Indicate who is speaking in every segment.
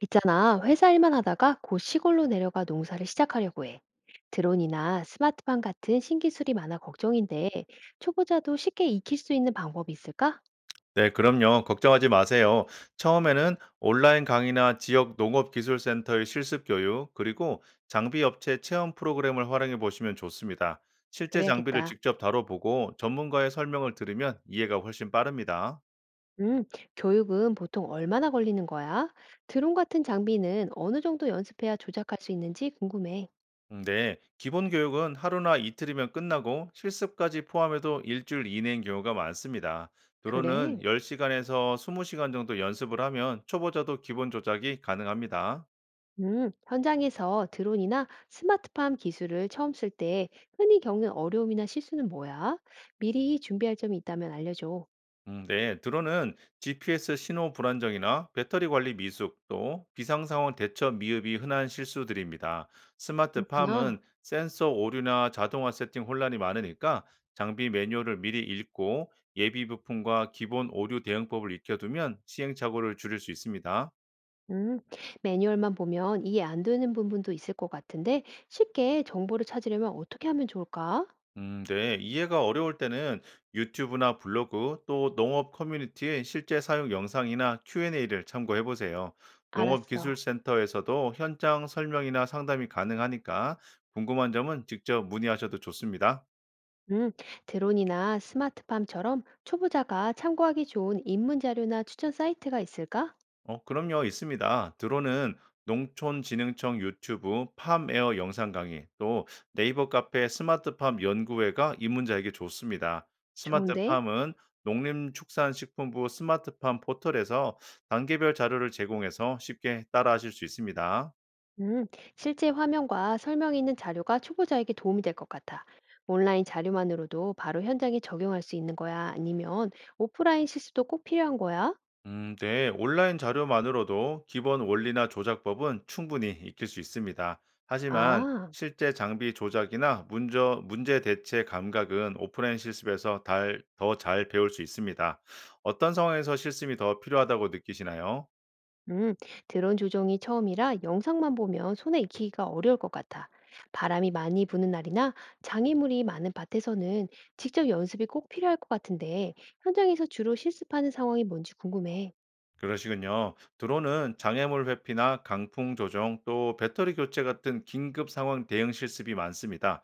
Speaker 1: 있잖아, 회사 일만 하다가 곧 시골로 내려가 농사를 시작하려고 해. 드론이나 스마트팜 같은 신기술이 많아 걱정인데, 초보자도 쉽게 익힐 수 있는 방법이 있을까?
Speaker 2: 네, 그럼요. 걱정하지 마세요. 처음에는 온라인 강의나 지역 농업기술센터의 실습 교육, 그리고 장비 업체 체험 프로그램을 활용해 보시면 좋습니다. 실제 장비를
Speaker 1: 그래야겠다.
Speaker 2: 직접 다뤄보고 전문가의 설명을 들으면 이해가 훨씬 빠릅니다.
Speaker 1: 음, 교육은 보통 얼마나 걸리는 거야? 드론 같은 장비는 어느 정도 연습해야 조작할 수 있는지 궁금해.
Speaker 2: 네, 기본 교육은 하루나 이틀이면 끝나고 실습까지 포함해도 일주일 이내인 경우가 많습니다. 드론은
Speaker 1: 그래.
Speaker 2: 10시간에서 20시간 정도 연습을 하면 초보자도 기본 조작이 가능합니다.
Speaker 1: 현장에서 드론이나 스마트팜 기술을 처음 쓸 때 흔히 겪는 어려움이나 실수는 뭐야? 미리 준비할 점이 있다면 알려줘.
Speaker 2: 네, 드론은 GPS 신호 불안정이나 배터리 관리 미숙 또 비상 상황 대처 미흡이 흔한 실수들입니다.
Speaker 1: 그렇구나.
Speaker 2: 스마트팜은 센서 오류나 자동화 세팅 혼란이 많으니까 장비 매뉴얼을 미리 읽고 예비 부품과 기본 오류 대응법을 익혀두면 시행착오를 줄일 수 있습니다.
Speaker 1: 음, 매뉴얼만 보면 이해 안 되는 부분도 있을 것 같은데 쉽게 정보를 찾으려면 어떻게 하면 좋을까?
Speaker 2: 네. 이해가 어려울 때는 유튜브나 블로그 또 농업 커뮤니티의 실제 사용 영상이나 Q&A를 참고해 보세요.
Speaker 1: 알았어.
Speaker 2: 농업기술센터에서도 현장 설명이나 상담이 가능하니까 궁금한 점은 직접 문의하셔도 좋습니다.
Speaker 1: 음, 드론이나 스마트팜처럼 초보자가 참고하기 좋은 입문 자료나 추천 사이트가 있을까?
Speaker 2: 그럼요, 있습니다. 드론은 농촌진흥청 유튜브 팜에어 영상 강의, 또 네이버 카페 스마트팜 연구회가 입문자에게 좋습니다.
Speaker 1: 좋은데?
Speaker 2: 스마트팜은 농림축산식품부 스마트팜 포털에서 단계별 자료를 제공해서 쉽게 따라하실 수 있습니다.
Speaker 1: 음, 실제 화면과 설명이 있는 자료가 초보자에게 도움이 될 것 같아. 온라인 자료만으로도 바로 현장에 적용할 수 있는 거야? 아니면 오프라인 실습도 꼭 필요한 거야?
Speaker 2: 네. 온라인 자료만으로도 기본 원리나 조작법은 충분히 익힐 수 있습니다. 하지만
Speaker 1: 아.
Speaker 2: 실제 장비 조작이나 문제 대체 감각은 오프라인 실습에서 더 잘 배울 수 있습니다. 어떤 상황에서 실습이 더 필요하다고 느끼시나요?
Speaker 1: 음, 드론 조종이 처음이라 영상만 보면 손에 익히기가 어려울 것 같아. 바람이 많이 부는 날이나 장애물이 많은 밭에서는 직접 연습이 꼭 필요할 것 같은데, 현장에서 주로 실습하는 상황이 뭔지 궁금해.
Speaker 2: 그러시군요. 드론은 장애물 회피나 강풍 조정 또 배터리 교체 같은 긴급 상황 대응 실습이 많습니다.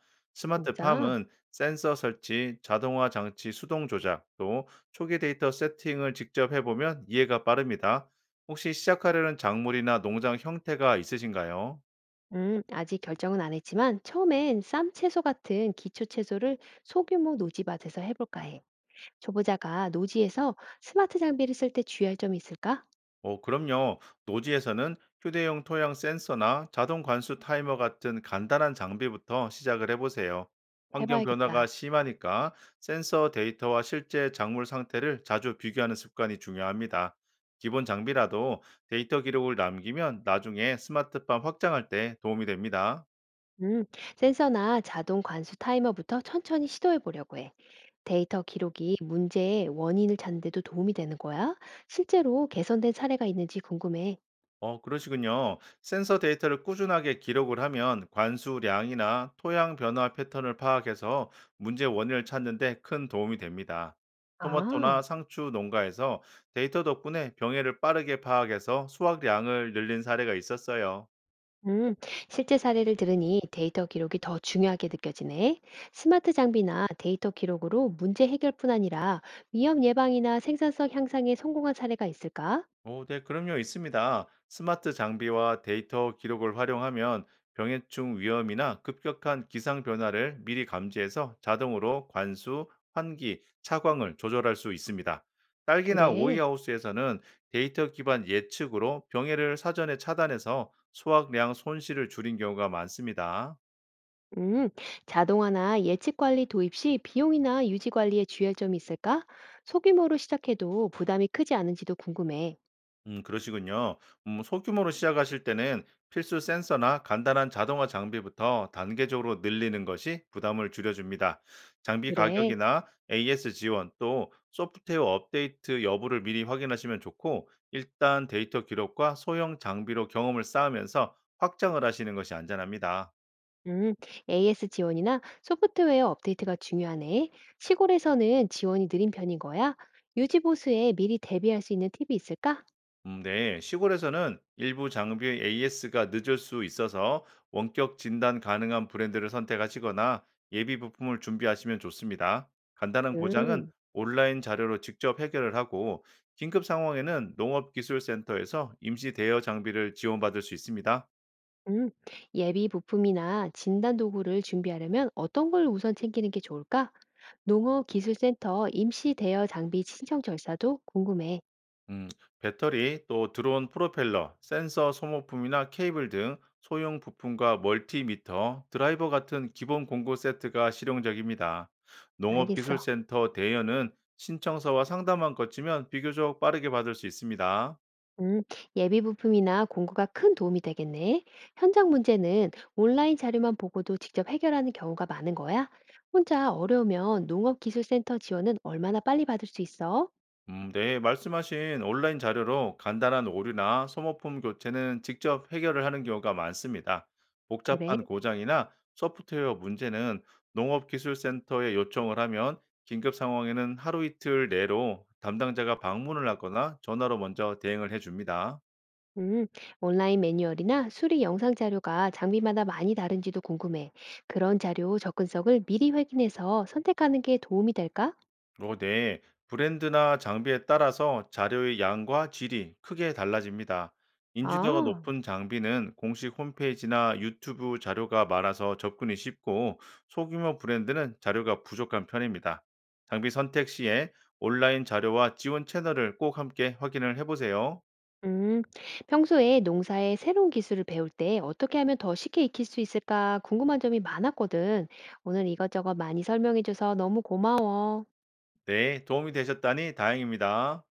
Speaker 1: 진짜?
Speaker 2: 스마트팜은 센서 설치, 자동화 장치 수동 조작, 또 초기 데이터 세팅을 직접 해보면 이해가 빠릅니다. 혹시 시작하려는 작물이나 농장 형태가 있으신가요?
Speaker 1: 아직 결정은 안 했지만, 처음엔 쌈 채소 같은 기초 채소를 소규모 노지밭에서 해볼까 해. 초보자가 노지에서 스마트 장비를 쓸 때 주의할 점이 있을까?
Speaker 2: 그럼요. 노지에서는 휴대용 토양 센서나 자동 관수 타이머 같은 간단한 장비부터 시작을 해보세요. 환경 변화가
Speaker 1: 해봐야겠다.
Speaker 2: 심하니까 센서 데이터와 실제 작물 상태를 자주 비교하는 습관이 중요합니다. 기본 장비라도 데이터 기록을 남기면 나중에 스마트팜 확장할 때 도움이 됩니다.
Speaker 1: 음, 센서나 자동 관수 타이머부터 천천히 시도해 보려고 해. 데이터 기록이 문제의 원인을 찾는 데도 도움이 되는 거야? 실제로 개선된 사례가 있는지 궁금해.
Speaker 2: 그러시군요. 센서 데이터를 꾸준하게 기록을 하면 관수량이나 토양 변화 패턴을 파악해서 문제 원인을 찾는 데 큰 도움이 됩니다. 토마토나
Speaker 1: 아,
Speaker 2: 상추 농가에서 데이터 덕분에 병해를 빠르게 파악해서 수확량을 늘린 사례가 있었어요.
Speaker 1: 음, 실제 사례를 들으니 데이터 기록이 더 중요하게 느껴지네. 스마트 장비나 데이터 기록으로 문제 해결뿐 아니라 위험 예방이나 생산성 향상에 성공한 사례가 있을까?
Speaker 2: 오, 네, 그럼요, 있습니다. 스마트 장비와 데이터 기록을 활용하면 병해충 위험이나 급격한 기상 변화를 미리 감지해서 자동으로 관수, 환기, 차광을 조절할 수 있습니다. 딸기나
Speaker 1: 그래.
Speaker 2: 오이하우스에서는 데이터 기반 예측으로 병해를 사전에 차단해서 수확량 손실을 줄인 경우가 많습니다.
Speaker 1: 음, 자동화나 예측 관리 도입 시 비용이나 유지 관리에 주의할 점이 있을까? 소규모로 시작해도 부담이 크지 않은지도 궁금해.
Speaker 2: 그러시군요. 소규모로 시작하실 때는 필수 센서나 간단한 자동화 장비부터 단계적으로 늘리는 것이 부담을 줄여줍니다. 장비
Speaker 1: 그래.
Speaker 2: 가격이나 AS 지원 또 소프트웨어 업데이트 여부를 미리 확인하시면 좋고, 일단 데이터 기록과 소형 장비로 경험을 쌓으면서 확장을 하시는 것이 안전합니다.
Speaker 1: 음, AS 지원이나 소프트웨어 업데이트가 중요하네. 시골에서는 지원이 느린 편인 거야? 유지 보수에 미리 대비할 수 있는 팁이 있을까?
Speaker 2: 네. 시골에서는 일부 장비의 AS가 늦을 수 있어서 원격 진단 가능한 브랜드를 선택하시거나 예비 부품을 준비하시면 좋습니다. 간단한 고장은
Speaker 1: 음,
Speaker 2: 온라인 자료로 직접 해결을 하고 긴급 상황에는 농업기술센터에서 임시 대여 장비를 지원받을 수 있습니다.
Speaker 1: 음. 예비 부품이나 진단 도구를 준비하려면 어떤 걸 우선 챙기는 게 좋을까? 농업기술센터 임시 대여 장비 신청 절차도 궁금해.
Speaker 2: 음, 배터리, 또 드론 프로펠러, 센서 소모품이나 케이블 등 소형 부품과 멀티미터, 드라이버 같은 기본 공구 세트가 실용적입니다.
Speaker 1: 알겠어.
Speaker 2: 농업기술센터 대여는 신청서와 상담만 거치면 비교적 빠르게 받을 수 있습니다.
Speaker 1: 음, 예비 부품이나 공구가 큰 도움이 되겠네. 현장 문제는 온라인 자료만 보고도 직접 해결하는 경우가 많은 거야? 혼자 어려우면 농업기술센터 지원은 얼마나 빨리 받을 수 있어?
Speaker 2: 네, 말씀하신 온라인 자료로 간단한 오류나 소모품 교체는 직접 해결을 하는 경우가 많습니다.
Speaker 1: 그래.
Speaker 2: 복잡한 고장이나 소프트웨어 문제는 농업기술센터에 요청을 하면 긴급 상황에는 하루 이틀 내로 담당자가 방문을 하거나 전화로 먼저 대응을 해줍니다.
Speaker 1: 음, 온라인 매뉴얼이나 수리 영상 자료가 장비마다 많이 다른지도 궁금해. 그런 자료 접근성을 미리 확인해서 선택하는 게 도움이 될까?
Speaker 2: 네. 브랜드나 장비에 따라서 자료의 양과 질이 크게 달라집니다. 인지도가
Speaker 1: 아.
Speaker 2: 높은 장비는 공식 홈페이지나 유튜브 자료가 많아서 접근이 쉽고 소규모 브랜드는 자료가 부족한 편입니다. 장비 선택 시에 온라인 자료와 지원 채널을 꼭 함께 확인을 해보세요.
Speaker 1: 음, 평소에 농사에 새로운 기술을 배울 때 어떻게 하면 더 쉽게 익힐 수 있을까 궁금한 점이 많았거든. 오늘 이것저것 많이 설명해줘서 너무 고마워.
Speaker 2: 네, 도움이 되셨다니 다행입니다.